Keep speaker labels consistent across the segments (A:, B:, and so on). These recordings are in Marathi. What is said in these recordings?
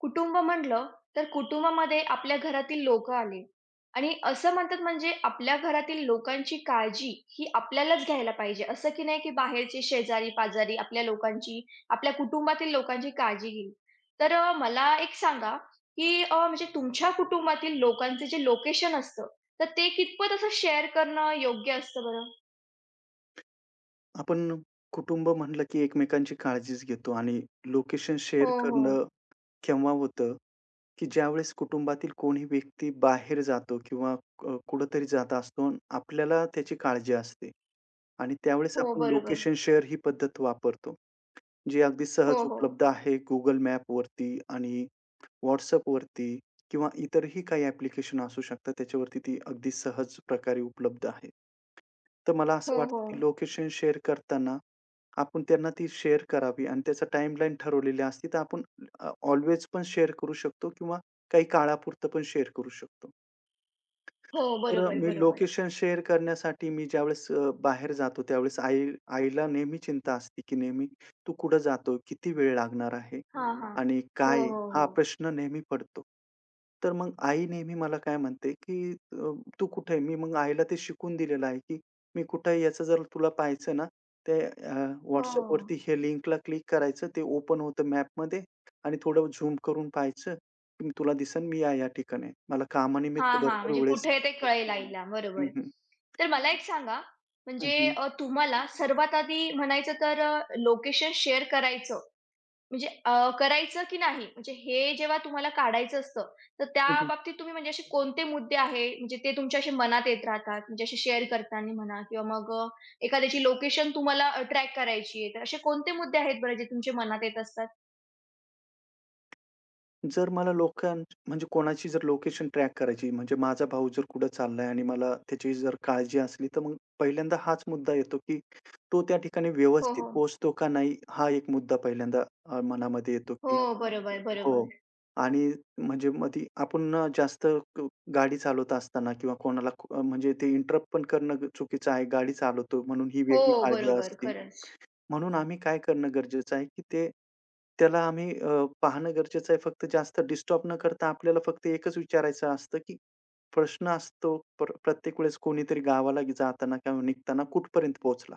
A: कुटुंब म्हटलं तर कुटुंबामध्ये आपल्या घरातील लोक आले आणि असं म्हणतात म्हणजे आपल्या घरातील लोकांची काळजी ही आपल्यालाच घ्यायला पाहिजे असं की नाही की बाहेरचे शेजारी पाजारी आपल्या लोकांची आपल्या कुटुंबातील लोकांची काळजी घेईल. तर मला एक सांगा की म्हणजे तुमच्या कुटुंबातील लोकांचे जे लोकेशन असतं तर ते कितपत असं शेअर करणं योग्य असतं बरं?
B: आपण कुटुंब म्हटलं की एकमेकांची काळजीच घेतो आणि लोकेशन
A: हो,
B: शेअर
A: हो.
B: करणं केव्हा होतं, की ज्यावेळेस कुटुंबातील कोणी व्यक्ती बाहेर जातो किंवा कुठेतरी जात असतो आणि आपल्याला त्याची काळजी असते आणि त्यावेळेस
A: हो,
B: आपण
A: बरोबर.
B: लोकेशन शेअर ही पद्धत वापरतो. जे अगदी
A: हो,
B: सहज
A: हो.
B: उपलब्ध आहे Google मॅपवरती आणि WhatsAppवरती किंवा इतरही काही ॲप्लिकेशन असू शकतात, त्याच्यावरती ती अगदी सहज प्रकारे उपलब्ध आहे. तर मला
A: हो,
B: असं वाटतं,
A: हो.
B: की लोकेशन शेअर करताना आपण त्यांना ती शेअर करावी आणि त्याचा टाईमलाईन ठरवलेली असती, तर आपण ऑलवेज पण शेअर करू शकतो किंवा काही काळापुरतं पण शेअर करू शकतो.
A: हो,
B: तर
A: बरोबर,
B: मी
A: बरोबर.
B: लोकेशन शेअर करण्यासाठी मी ज्यावेळेस बाहेर जातो, त्यावेळेस आईला नेहमी चिंता असते, की नेहमी "तू कुठं जातो? किती वेळ लागणार आहे?
A: हा, हा.
B: आणि
A: हो,
B: काय आहे?"
A: हो,
B: हा
A: हो.
B: प्रश्न नेहमी पडतो. तर मग आई नेहमी मला काय म्हणते, की "तू कुठे आहे?" मी मग आईला ते शिकवून दिलेलं आहे, की मी कुठे आहे याचं जर तुला पाहायचं ना, ते अ,
A: हो, हो.
B: WhatsAppवरती हे लिंकला क्लिक करायचं, ते ओपन होतं मॅपमध्ये आणि थोडं झूम करून पाहायचं, तुला दिसेल मी या-या ठिकाणी आहे. मला कामानिमित्त
A: हां, हां.
B: भरपूर
A: म्हणजे
B: वेळेस
A: कुठे ते कळेल आईला. बरोबर.
B: हं, हं.
A: तर मला एक सांगा,
B: हं,
A: म्हणजे
B: हं.
A: तुम्हाला सर्वात आधी म्हणायचं तर लोकेशन शेअर करायचं, म्हणजे करायचं की नाही? म्हणजे हे जेव्हा तुम्हाला काढायचं असतं, तर त्या
B: हं, हं.
A: बाबतीत तुम्ही म्हणजे असे कोणते मुद्दे आहे, म्हणजे ते तुमच्या असे मनात येत राहतात? म्हणजे असे शेअर करताना म्हणा किंवा मग एखाद्याची लोकेशन तुम्हाला ट्रॅक करायची आहे. तर असे कोणते मुद्दे आहेत बरं जे तुमच्या मनात येत असतात?
B: जर मला लोकां म्हणजे कोणाची जर लोकेशन ट्रॅक करायची, म्हणजे माझा भाऊ जर कुठं चाललाय आणि मला त्याची जर काळजी असली, तर मग पहिल्यांदा हाच मुद्दा येतो, की तो त्या ठिकाणी
A: हो,
B: व्यवस्थित
A: हो.
B: पोहोचतो का नाही? हा एक मुद्दा पहिल्यांदा मनामध्ये येतो,
A: हो,
B: की
A: बरोबर,
B: हो.
A: बरोबर.
B: आणि म्हणजे मधी ती आपण ना जास्त ग गाडी चालवत असताना किंवा कोणाला म्हणजे ते इंटरप्ट पण करणं चुकीचं आहे. गाडी चालवतो म्हणून ही
A: हो,
B: वेगळी काळजी
A: बरोबर.
B: असते.
A: खरंच.
B: म्हणून आम्ही काय करणं गरजेचं आहे, की ते त्याला आम्ही पाहणं गरजेचं आहे. फक्त जास्त डिस्टर्ब न करता आपल्याला फक्त एकच विचारायचं असतं, की प्रश्न असतो प्र प्रत्येक वेळेस कोणीतरी गावाला जाताना किंवा निघताना कुठपर्यंत पोहोचला?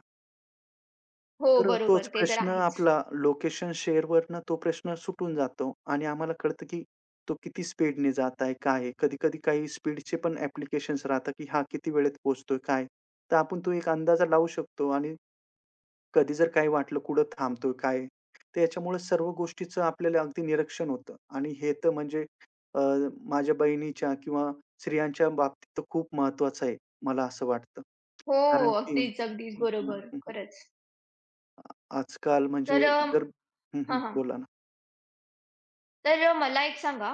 A: हो, बरोबर.
B: तोच
A: ते तर
B: प्रश्न
A: आहेच.
B: आपला लोकेशन शेअरवरनं तो प्रश्न सुटून जातो आणि आम्हाला कळतं, की तो किती स्पीडने जात आहे, काय आहे? कधी-कधी काही स्पीडचे पण ॲप्लिकेशन्स राहतात, की हा किती वेळेत पोहोचतोय, काय? तर आपण तो एक अंदाजा लावू शकतो आणि कधी जर काही वाटलं, कुठं थांबतोय, काय? तर याच्यामुळे सर्व गोष्टीचं आपल्याला अगदी निरीक्षण होतं आणि हे तर म्हणजे अ, माझ्या बहिणीच्या किंवा स्त्रियांच्या बाबतीत तर खूप महत्वाचं आहे, मला असं वाटतं.
A: हो,
B: कारण की
A: अगदीच, अगदीच
B: हं,
A: बरोबर.
B: हं,
A: खरंच.
B: आजकाल
A: तर
B: म्हणजे जर हं,
A: हां,
B: हं.
A: हां.
B: बोला ना.
A: तर मला एक सांगा,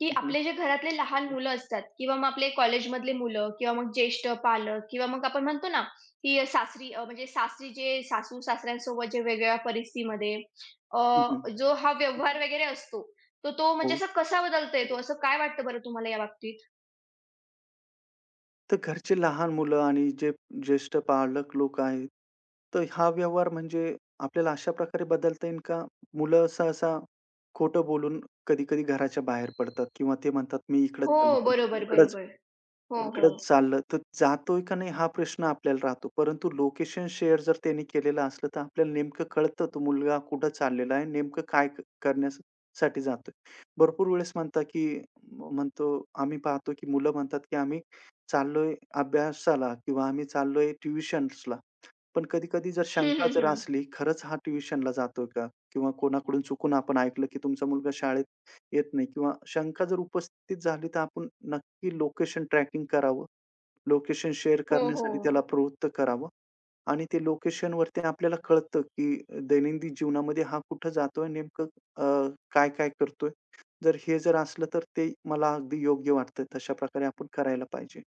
A: की
B: हं, हं.
A: आपले जे घरातले लहान मुलं असतात किंवा मग आपले कॉलेजमधले मुलं किंवा मग ज्येष्ठ पालक किंवा मग आपण म्हणतो ना, की सासरी म्हणजे सासरी जे सासू-सासऱ्यांसोबत जे वेगवेगळ्या परिस्थितीमध्ये अ,
B: हं, हं.
A: जो हा व्यवहार वगैरे असतो, तर तो म्हणजे
B: हो.
A: असा कसा बदलता येतो, असं काय वाटतं बरं तुम्हाला याबाबतीत?
B: तर घरचे लहान मुलं आणि जे ज्येष्ठ पालक लोक आहेत, तर हा व्यवहार म्हणजे आपल्याला अशा प्रकारे बदलता येईल का? मुलं सहसा खोटं बोलून कधी-कधी घराच्या बाहेर पडतात किंवा ते म्हणतात, "मी इकडं
A: हो,
B: चाललो, तुम्ही
A: बरोबर,
B: तिकडं
A: बरोबर. हो, हो.
B: तिकडंच चाललं, तर जातोय का नाही हा प्रश्न आपल्याला राहतो. परंतु लोकेशन शेअर जर त्यांनी केलेलं असलं, तर आपल्याला नेमकं कळतं तो मुलगा कुठं चाललेला आहे, नेमकं काय करण्यासाठी जातोय. भरपूर वेळेस म्हणता, की म- म्हणतो आम्ही पाहतो, की मुलं म्हणतात, की आम्ही चाललोय अभ्यासाला किंवा आम्ही चाललोय ट्युशन्सला. पण कधी-कधी जर
A: हं,
B: शंका
A: हं,
B: जर
A: हं.
B: असली, खरंच हा ट्युशनला जातोय का? किंवा कोणाकडून चुकून आपण ऐकलं, की तुमचा मुलगा शाळेत येत नाही किंवा शंका जर उपस्थित झाली, तर आपण की लोकेशन ट्रॅकिंग करावं. लोकेशन शेअर
A: हो,
B: करण्यासाठी त्याला
A: हो.
B: प्रवृत्त करावं आणि ते लोकेशनवरती आपल्याला कळतं, की दैनंदिन जीवनामध्ये हा कुठं जातोय नेमकं अ, काय-काय करतोय. जर हे असलं तर ते मला अगदी योग्य वाटतं. तशा प्रकारे आपण करायला पाहिजे.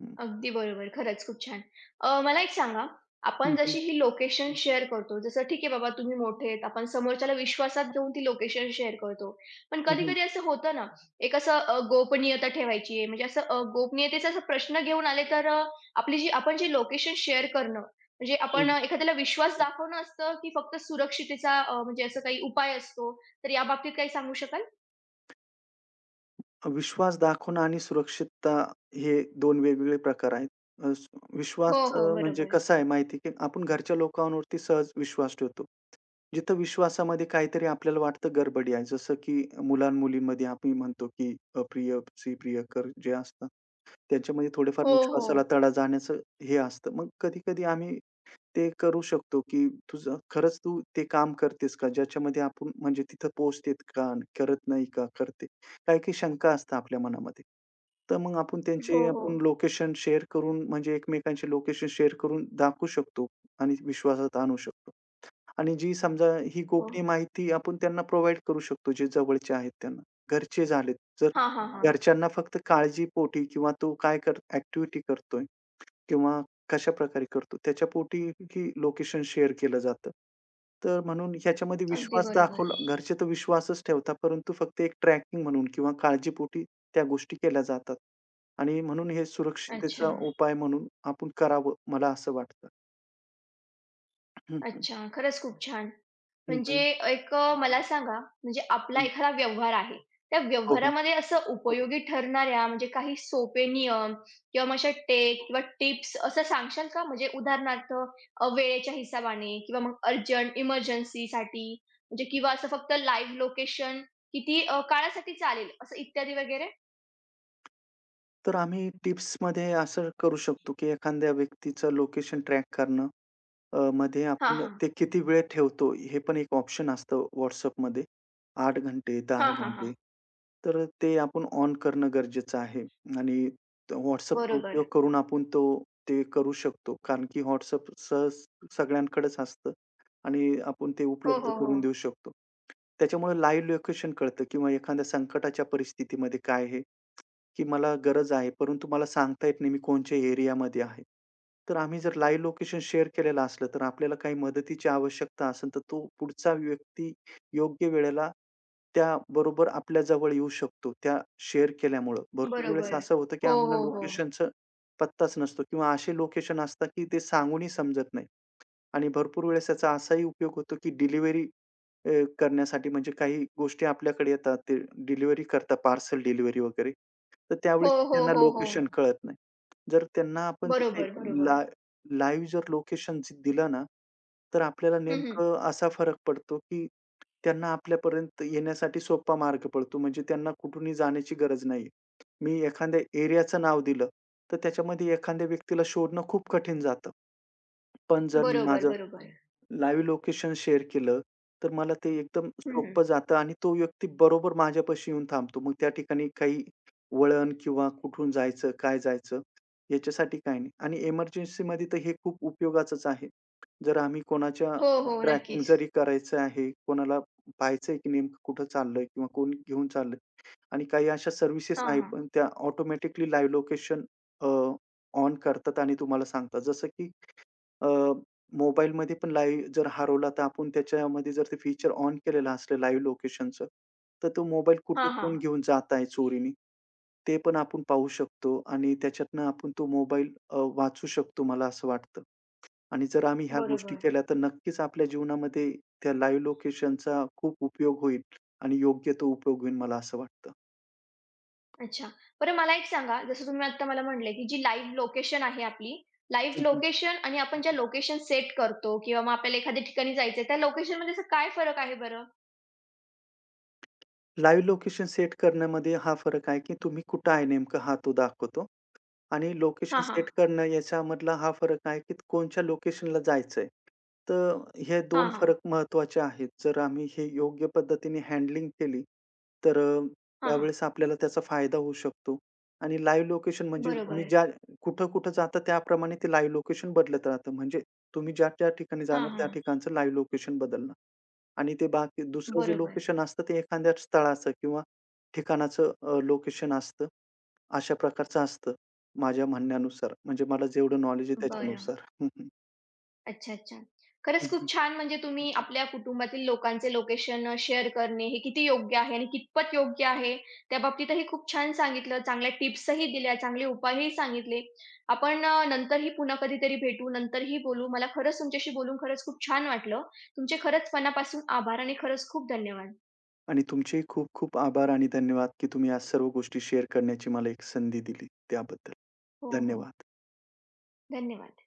B: हं.
A: अगदी बरोबर. खरंच खूप छान. मला एक सांगा, आपण
B: हं, हं.
A: जशी ही लोकेशन शेअर करतो, जसं ठीक आहे बाबा तुम्ही मोठे आहेत, आपण समोरच्याला विश्वासात घेऊन ती लोकेशन शेअर करतो. पण
B: हं, हं.
A: कधी-कधी असं होतं ना, एक असं गोपनीयता ठेवायची आहे, म्हणजे असं गोपनीयतेचा असा प्रश्न घेऊन आले तर आपली जी आपण जी लोकेशन शेअर करणं, म्हणजे आपण एखाद्याला विश्वास दाखवणं असतं, की फक्त सुरक्षितेचा म्हणजे असं काही उपाय असतो, तर याबाबतीत काही सांगू शकाल?
B: विश्वास दाखवणं आणि सुरक्षितता हे दोन वेगवेगळे प्रकार आहेत. अ, स विश्वास
A: हो, हो.
B: म्हणजे
A: बरोबर.
B: कसा आहे माहिती आहे, की आपण घरच्या लोकांवरती सहज विश्वास ठेवतो. जिथं विश्वासामध्ये काहीतरी आपल्याला वाटतं गडबडी आहे. जसं की मुलां-मुलींमध्ये आपण म्हणतो, की अप्रिय-सी प्रियकर जे असतात त्यांच्यामध्ये थोडेफार
A: हो,
B: विश्वासाला
A: हो.
B: तडा जाण्याचं हे असतं. मग कधी-कधी आम्ही ते करू शकतो, की तुझं खरंच तू ते काम करतेस का? ज्याच्यामध्ये आपण म्हणजे तिथं पोहोचतेत का? करत नाही का? करते. काही-काही शंका असतात आपल्या मनामध्ये. तर मग आपण
A: हो,
B: त्यांचे
A: हो.
B: आपण लोकेशन शेअर करून म्हणजे एकमेकांचे लोकेशन शेअर करून दाखवू शकतो आणि विश्वासात आणू शकतो. आणि जी समजा ही
A: हो.
B: गोपनीय माहिती आपण त्यांना प्रोव्हाईड करू शकतो, जे जवळचे आहेत त्यांना. घरचे झालेत. जर
A: हां, हां, हां.
B: घरच्यांना फक्त काळजीपोटी किंवा तो काय कर ॲक्टिव्हिटी करतोय किंवा कशाप्रकारे करतो, त्याच्यापोटी ही लोकेशन शेअर केलं जातं. तर म्हणून ह्याच्यामध्ये
A: अगदी
B: विश्वास
A: बरोबर.
B: दाखवला घरचे तर विश्वासच ठेवतात, परंतु फक्त एक ट्रॅकिंग म्हणून किंवा काळजीपोटी त्या गोष्टी केल्या जातात. आणि म्हणून हे
A: अच्छा,
B: सुरक्षिततेचा उपाय म्हणून आपण करावं, मला असं वाटतं. हं, हं.
A: अच्छा. खरंच खूप छान.
B: हं,
A: म्हणजे
B: हं.
A: एक मला सांगा, म्हणजे आपला
B: हं.
A: एखादा व्यवहार आहे. त्या
B: हो, हो.
A: व्यवहारामध्ये असं उपयोगी ठरणाऱ्या म्हणजे काही सोपे नियम किंवा मग अशा टेक किंवा टिप्स असं सांगशाल का? म्हणजे उदाहरणार्थ वेळेच्या हिशोबाने किंवा मग अर्जंट इमर्जन्सीसाठी म्हणजे किंवा असं फक्त लाईव्ह लोकेशन किती काळासाठी चालेल असं इत्यादी वगैरे?
B: तर आम्ही टिप्समध्ये असं करू शकतो, की एखाद्या व्यक्तीचं लोकेशन ट्रॅक करणं. मध्ये
A: हां,
B: आपण
A: हां.
B: ते किती वेळ ठेवतो, हे पण एक ऑप्शन असतं WhatsAppमध्ये. 8 घंटे, 10
A: हां, हां, हां.
B: घंटे. तर ते आपण ऑन करणं गरजेचं आहे आणि WhatsAppचा
A: बरोबर.
B: उपयोग करून आपण ते करू शकतो. कारण की WhatsApp सहज सगळ्यांकडेच असतं आणि आपण ते
A: हो,
B: उपलब्ध
A: हो, हो.
B: करून देऊ शकतो. त्याच्यामुळे लाईव्ह लोकेशन कळतं किंवा एखाद्या संकटाच्या परिस्थितीमध्ये काय आहे, की मला गरज आहे, परंतु मला सांगता येत नाही मी कोणच्या एरियामध्ये आहे. तर आम्ही जर लाईव्ह लोकेशन शेअर केलेलं असलं, तर आपल्याला काही मदतीची आवश्यकता असेल, तर तो पुढचा व्यक्ती योग्य वेळेला त्याबरोबर आपल्या जवळ येऊ शकतो, त्या शेअर केल्यामुळं. भरपूर वेळेस
A: बरोबर.
B: असं होतं, की
A: हो,
B: आम्हाला
A: हो, हो.
B: लोकेशनचा पत्ताच नसतो किंवा असे लोकेशन असतात, की ते सांगूनही समजत नाही. आणि भरपूर वेळेस त्याचा असाही उपयोग होतो, की डिलिव्हरी करण्यासाठी म्हणजे काही गोष्टी आपल्याकडे येतात, ते डिलिव्हरी करतात, पार्सल डिलिव्हरी वगैरे. तर
A: हो,
B: त्यावेळेस
A: हो,
B: त्यांना
A: हो, हो.
B: लोकेशन कळत नाही. जर त्यांना आपण जर ते
A: बरोबर,
B: ला
A: बरोबर.
B: लाईव्ह जर लोकेशन दिलं ना, तर आपल्याला
A: हं, हं.
B: नेमकं असा फरक पडतो, की त्यांना आपल्यापर्यंत येण्यासाठी सोपा मार्ग पडतो. म्हणजे त्यांना कुठूनही जाण्याची गरज नाही. मी एखाद्या एरियाचं नाव दिलं, तर त्याच्यामध्ये एखाद्या व्यक्तीला शोधणं खूप कठीण जातं. पण जर मी
A: बरोबर,
B: माझं
A: बरोबर.
B: लाईव्ह लोकेशन शेअर केलं, तर मला ते एकदम
A: हं, हं.
B: सोपं जातं आणि तो व्यक्ती बरोबर माझ्यापाशी येऊन थांबतो. मग त्या ठिकाणी काही वळण किंवा कुठून जायचं, काय जायचं याच्यासाठी काही नाही. आणि इमर्जन्सीमध्ये तर हे खूप उपयोगाचंच आहे. जर आम्ही कोणाच्या
A: हो, हो.
B: ट्रॅकिंग
A: नक्कीच.
B: जरी करायचं आहे, कोणाला पाहायचंय की नेमकं कुठं चाललंय किंवा कोण घेऊन चाललंय आणि काही अशा सर्व्हिसेस
A: हां,
B: आहेत
A: हां.
B: पण त्या ऑटोमॅटिकली लाईव्ह लोकेशन ऑन करतात आणि तुम्हाला सांगतात. जसं की अ, मोबाईलमध्ये पण लाईव्ह जर हरवला, तर आपण त्याच्यामध्ये जर ते फीचर ऑन केलेलं असलं लाईव्ह लोकेशनचं, तर तो मोबाईल कुठं
A: हां, हां.
B: कोण घेऊन जात आहे चोरीने, ते पण आपण पाहू शकतो आणि त्याच्यातनं आपण तो मोबाईल वाचू शकतो मला असं वाटतं. आणि जर आम्ही ह्या गोष्टी
A: बरोबर.
B: केल्या, तर नक्कीच आपल्या जीवनामध्ये त्या लाईव्ह लोकेशनचा खूप उपयोग होईल आणि योग्य तो उपयोग होईल मला असं वाटतं.
A: अच्छा. बरं मला एक सांगा, जसं तुम्ही आत्ता मला म्हटले, की जी लाईव्ह लोकेशन आहे आपली, लाईव्ह लोकेशन आणि आपण ज्या लोकेशन सेट करतो किंवा मग आपल्याला एखाद्या ठिकाणी जायचंय, त्या लोकेशनमध्ये असं काय फरक आहे बरं?
B: लाईव्ह लोकेशन सेट करण्यामध्ये हा फरक आहे, की तुम्ही कुठं आहे नेमकं हा तो दाखवतो आणि
A: हां,
B: लोकेशन
A: हां.
B: सेट करणं याच्यामधला हा फरक आहे, की कोणच्या लोकेशनला जायचंय. तर हे
A: हां,
B: दोन
A: हां.
B: फरक महत्वाचे आहेत. जर आम्ही हे योग्य पद्धतीने हँडलिंग केली, तर
A: हां, हां.
B: त्यावेळेस आपल्याला त्याचा फायदा होऊ शकतो. आणि लाईव्ह लोकेशन म्हणजे तुम्ही
A: बरोबर.
B: ज्या कुठं-कुठं जाता त्याप्रमाणे ते लाईव्ह लोकेशन बदलत राहतं. म्हणजे तुम्ही ज्या-त्या ठिकाणी
A: हां,
B: जाणार त्या
A: हां.
B: ठिकाणचं लाईव्ह लोकेशन बदलणं. आणि ते बाकी दुसरं जे
A: बरोबर.
B: लोकेशन असतं ते एखाद्या स्थळाचं किंवा ठिकाणाचं लोकेशन असतं. अशा प्रकारचं असतं माझ्या म्हणण्यानुसार. म्हणजे मला जेवढं नॉलेज आहे
A: बरं.
B: त्याच्यानुसार. हं, हं.
A: अच्छा, अच्छा. खरंच
B: हं,
A: खूप
B: हं.
A: छान. म्हणजे तुम्ही आपल्या कुटुंबातील लोकांचे लोकेशन शेअर करणे हे किती योग्य आहे आणि कितपत योग्य आहे, त्याबाबतीतही खूप छान सांगितलं. चांगल्या टिप्सही दिल्या, चांगले उपायही सांगितले. आपण नंतरही पुन्हा कधीतरी भेटू, नंतरही बोलू. मला खरंच तुमच्याशी बोलून खरंच खूप छान वाटलं. तुमचे खरंच मनापासून आभार आणि खरंच खूप धन्यवाद.
B: आणि तुमचे खूप खूप आभार आणि धन्यवाद की तुम्ही या सर्व गोष्टी शेअर करण्याची मला एक संधी दिली त्याबद्दल.
A: हो, हो.
B: धन्यवाद.
A: धन्यवाद.